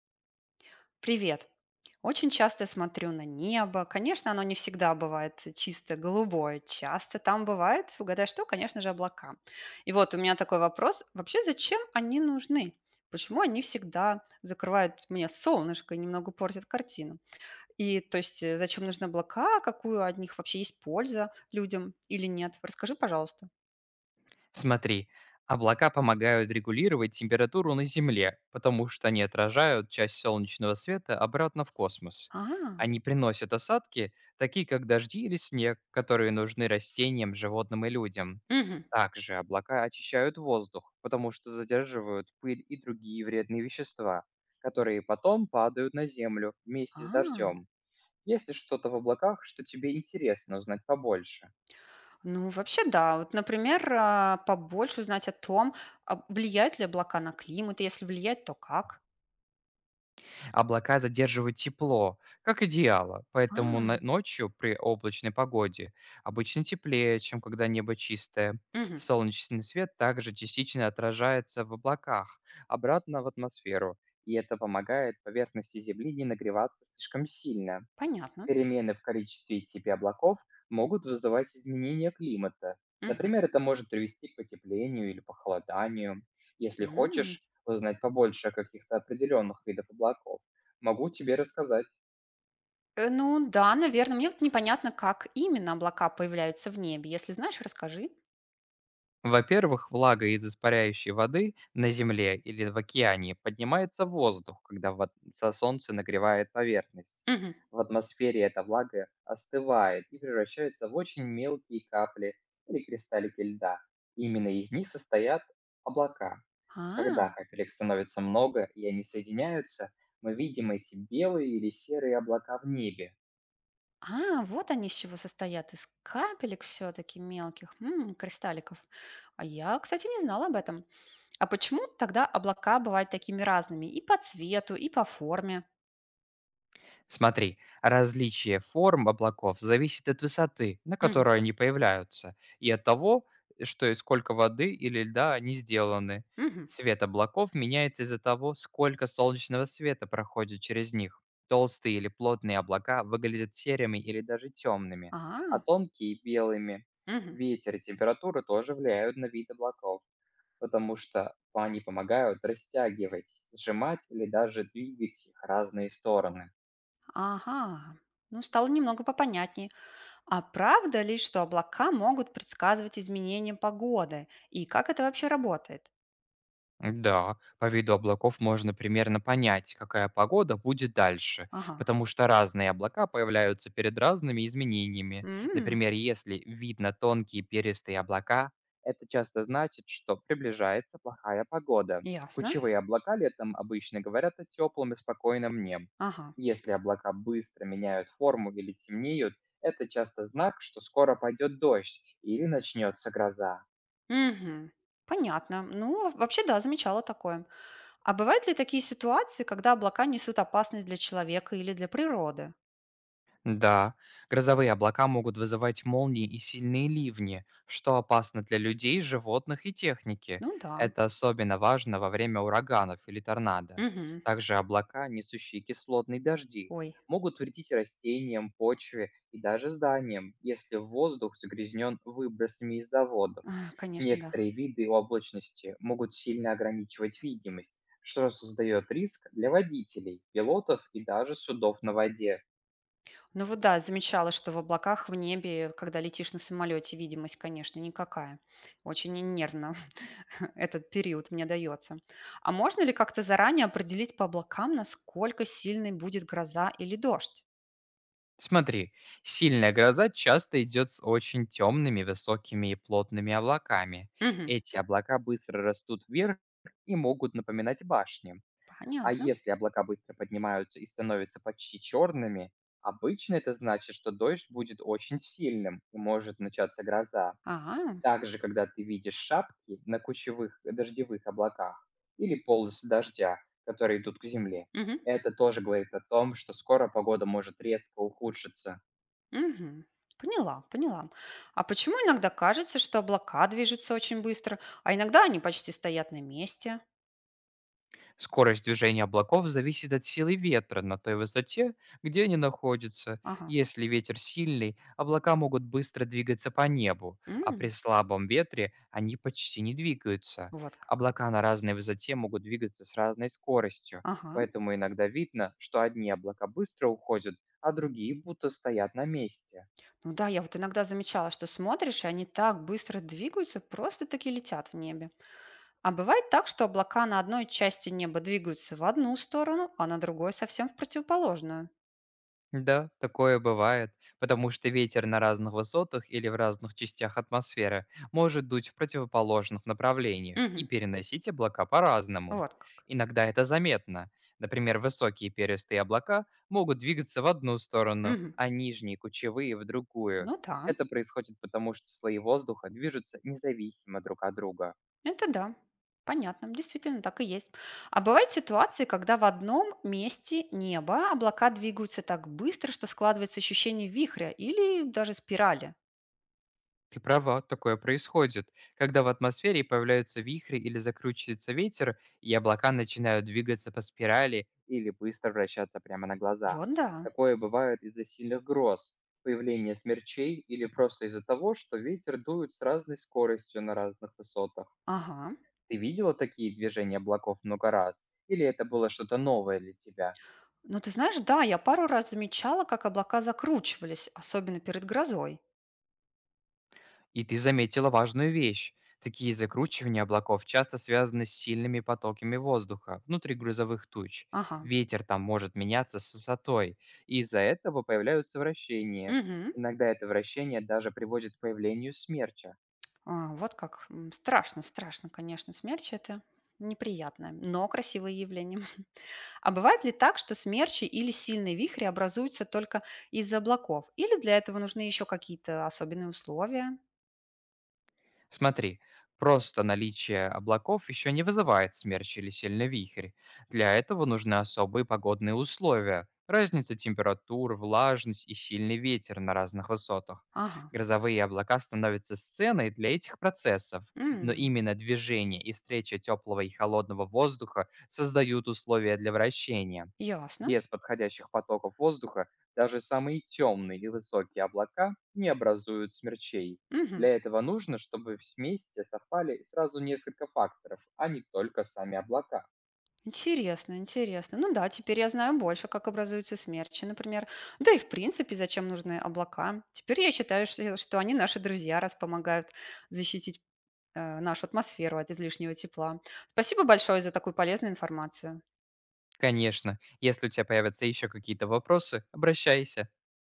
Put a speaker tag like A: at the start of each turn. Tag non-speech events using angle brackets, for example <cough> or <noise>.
A: Привет. Очень часто я смотрю на небо. Конечно, оно не всегда бывает чисто голубое. Часто там бывают, угадай что, конечно же, облака. И вот у меня такой вопрос. Вообще, зачем они нужны? Почему они всегда закрывают мне солнышко и немного портят картину? И то есть зачем нужны облака? Какую от них вообще есть польза людям или нет? Расскажи, пожалуйста.
B: Смотри, облака помогают регулировать температуру на Земле, потому что они отражают часть солнечного света обратно в космос.
A: А.
B: Они приносят осадки, такие как дожди или снег, которые нужны растениям, животным и людям.
A: Мгм.
B: Также облака очищают воздух, потому что задерживают пыль и другие вредные вещества, которые потом падают на Землю вместе с
A: А.
B: дождем. Есть ли что-то в облаках, что тебе интересно узнать побольше?
A: Ну вообще, да, Вот, например, побольше узнать о том, влияют ли облака на климат, и если влияют, то как.
B: Облака задерживают тепло, как одеяло, поэтому
A: А.
B: ночью при облачной погоде обычно теплее, чем когда небо чистое.
A: Мгм.
B: Солнечный свет также частично отражается в облаках, обратно в атмосферу, и это помогает поверхности Земли не нагреваться слишком сильно.
A: Понятно.
B: Перемены в количестве и типе облаков могут вызывать изменения климата.
A: Мгм.
B: Например, это может привести к потеплению или похолоданию. Если
A: М.
B: хочешь узнать побольше о каких-то определенных видах облаков, могу тебе рассказать.
A: Ну да, наверное. Мне вот непонятно, как именно облака появляются в небе. Если знаешь, расскажи.
B: Во-первых, влага из испаряющей воды на Земле или в океане поднимается в воздух, когда солнце нагревает поверхность.
A: Мгм.
B: В атмосфере эта влага остывает и превращается в очень мелкие капли или кристаллики льда. Именно из них состоят облака. Когда
A: А,
B: капелек становится много и они соединяются, мы видим эти белые или серые облака в небе.
A: а, вот они из чего состоят. Из капелек все-таки мелких, м, кристалликов. А я, кстати, не знала об этом. А почему тогда облака бывают такими разными? И по цвету, и по форме.
B: Смотри, различие форм облаков зависит от высоты, на которой они появляются, и от того, что и сколько воды или льда они сделаны.
A: Мгм.
B: Цвет облаков меняется из-за того, сколько солнечного света проходит через них. Толстые или плотные облака выглядят серыми или даже темными, а
A: А.
B: тонкие – белыми.
A: Мгм.
B: Ветер и температура тоже влияют на вид облаков, потому что они помогают растягивать, сжимать или даже двигать их разные стороны.
A: Ага. Ну, стало немного попонятнее. А правда ли, что облака могут предсказывать изменения погоды? И как это вообще работает?
B: Да, по виду облаков можно примерно понять, какая погода будет дальше,
A: Ага.
B: потому что разные облака появляются перед разными изменениями.
A: М.
B: Например, если видно тонкие перистые облака, это часто значит, что приближается плохая погода.
A: Ясно.
B: Кучевые облака летом обычно говорят о теплом и спокойном небе.
A: Ага.
B: Если облака быстро меняют форму или темнеют, это часто знак, что скоро пойдет дождь или начнется гроза.
A: Мгм. Понятно. Ну, вообще, да, замечала такое. А бывают ли такие ситуации, когда облака несут опасность для человека или для природы?
B: Да, грозовые облака могут вызывать молнии и сильные ливни, что опасно для людей, животных и техники.
A: Ну да.
B: Это особенно важно во время ураганов или торнадо.
A: Мгм.
B: Также облака, несущие кислотные дожди,
A: Ой.
B: могут вредить растениям, почве и даже зданиям, если воздух загрязнен выбросами из заводов.
A: <laughs> <sighs> Конечно, да.
B: Некоторые виды облачности могут сильно ограничивать видимость, что создает риск для водителей, пилотов и даже судов на воде.
A: Ну вот да, замечала, что в облаках, в небе, когда летишь на самолете, видимость, конечно, никакая. Очень нервно <laughs> этот период мне дается. А можно ли как-то заранее определить по облакам, насколько сильной будет гроза или дождь?
B: Смотри, сильная гроза часто идет с очень темными, высокими и плотными облаками.
A: Мгм.
B: Эти облака быстро растут вверх и могут напоминать башни. А
A: Понятно.
B: если облака быстро поднимаются и становятся почти черными, обычно это значит, что дождь будет очень сильным и может начаться гроза.
A: Ага.
B: Также, когда ты видишь шапки на кучевых дождевых облаках или полосы дождя, которые идут к земле,
A: Мгм,
B: это тоже говорит о том, что скоро погода может резко ухудшиться.
A: мгм. Поняла, поняла. А почему иногда кажется, что облака движутся очень быстро, а иногда они почти стоят на месте?
B: Скорость движения облаков зависит от силы ветра на той высоте, где они находятся.
A: Ага.
B: Если ветер сильный, облака могут быстро двигаться по небу, а при
A: М,
B: слабом ветре они почти не двигаются.
A: Вот как.
B: Облака на разной высоте могут двигаться с разной скоростью,
A: Ага.
B: поэтому иногда видно, что одни облака быстро уходят, а другие будто стоят на месте.
A: Ну да, я вот иногда замечала, что смотришь, и они так быстро двигаются, просто таки летят в небе. А бывает так, что облака на одной части неба двигаются в одну сторону, а на другой совсем в противоположную.
B: Да, такое бывает, потому что ветер на разных высотах или в разных частях атмосферы может дуть в противоположных направлениях
A: Угу.
B: и переносить облака по-разному.
A: Вот как.
B: Иногда это заметно. Например, высокие перистые облака могут двигаться в одну сторону,
A: Угу.
B: а нижние кучевые в другую.
A: Ну да,
B: Это происходит потому, что слои воздуха движутся независимо друг от друга.
A: это да. Понятно, действительно так и есть. А бывают ситуации, когда в одном месте неба облака двигаются так быстро, что складывается ощущение вихря или даже спирали.
B: Ты права, такое происходит, когда в атмосфере появляются вихри или закручивается ветер, и облака начинают двигаться по спирали или быстро вращаться прямо на глазах.
A: Вот да.
B: Такое бывает из-за сильных гроз, появления смерчей или просто из-за того, что ветер дует с разной скоростью на разных высотах.
A: Ага.
B: Ты видела такие движения облаков много раз? Или это было что-то новое для тебя?
A: Ну, ты знаешь, да, я пару раз замечала, как облака закручивались, особенно перед грозой.
B: И ты заметила важную вещь. Такие закручивания облаков часто связаны с сильными потоками воздуха внутри грузовых туч.
A: Ага.
B: Ветер там может меняться с высотой, и из-за этого появляются вращения.
A: Мгм.
B: Иногда это вращение даже приводит к появлению смерча.
A: А, вот как. Страшно, страшно, конечно. Смерчи– это неприятное, но красивое явление. <laughs> А бывает ли так, что смерчи или сильные вихри образуются только из-за облаков? Или для этого нужны еще какие-то особенные условия?
B: Смотри, просто наличие облаков еще не вызывает смерч или сильный вихрь. Для этого нужны особые погодные условия, разница температур, влажность и сильный ветер на разных высотах.
A: Ага.
B: Грозовые облака становятся сценой для этих процессов, но
A: М,
B: именно движение и встреча теплого и холодного воздуха создают условия для вращения.
A: Ясно.
B: Без подходящих потоков воздуха даже самые темные и высокие облака не образуют смерчей.
A: Мгм.
B: Для этого нужно, чтобы вместе совпали сразу несколько факторов, а не только сами облака.
A: Интересно, интересно. Ну да, теперь я знаю больше, как образуются смерчи, например. Да и в принципе, зачем нужны облака. Теперь я считаю, что они наши друзья, раз помогают защитить нашу атмосферу от излишнего тепла. Спасибо большое за такую полезную информацию.
B: Конечно, если у тебя появятся еще какие-то вопросы, обращайся.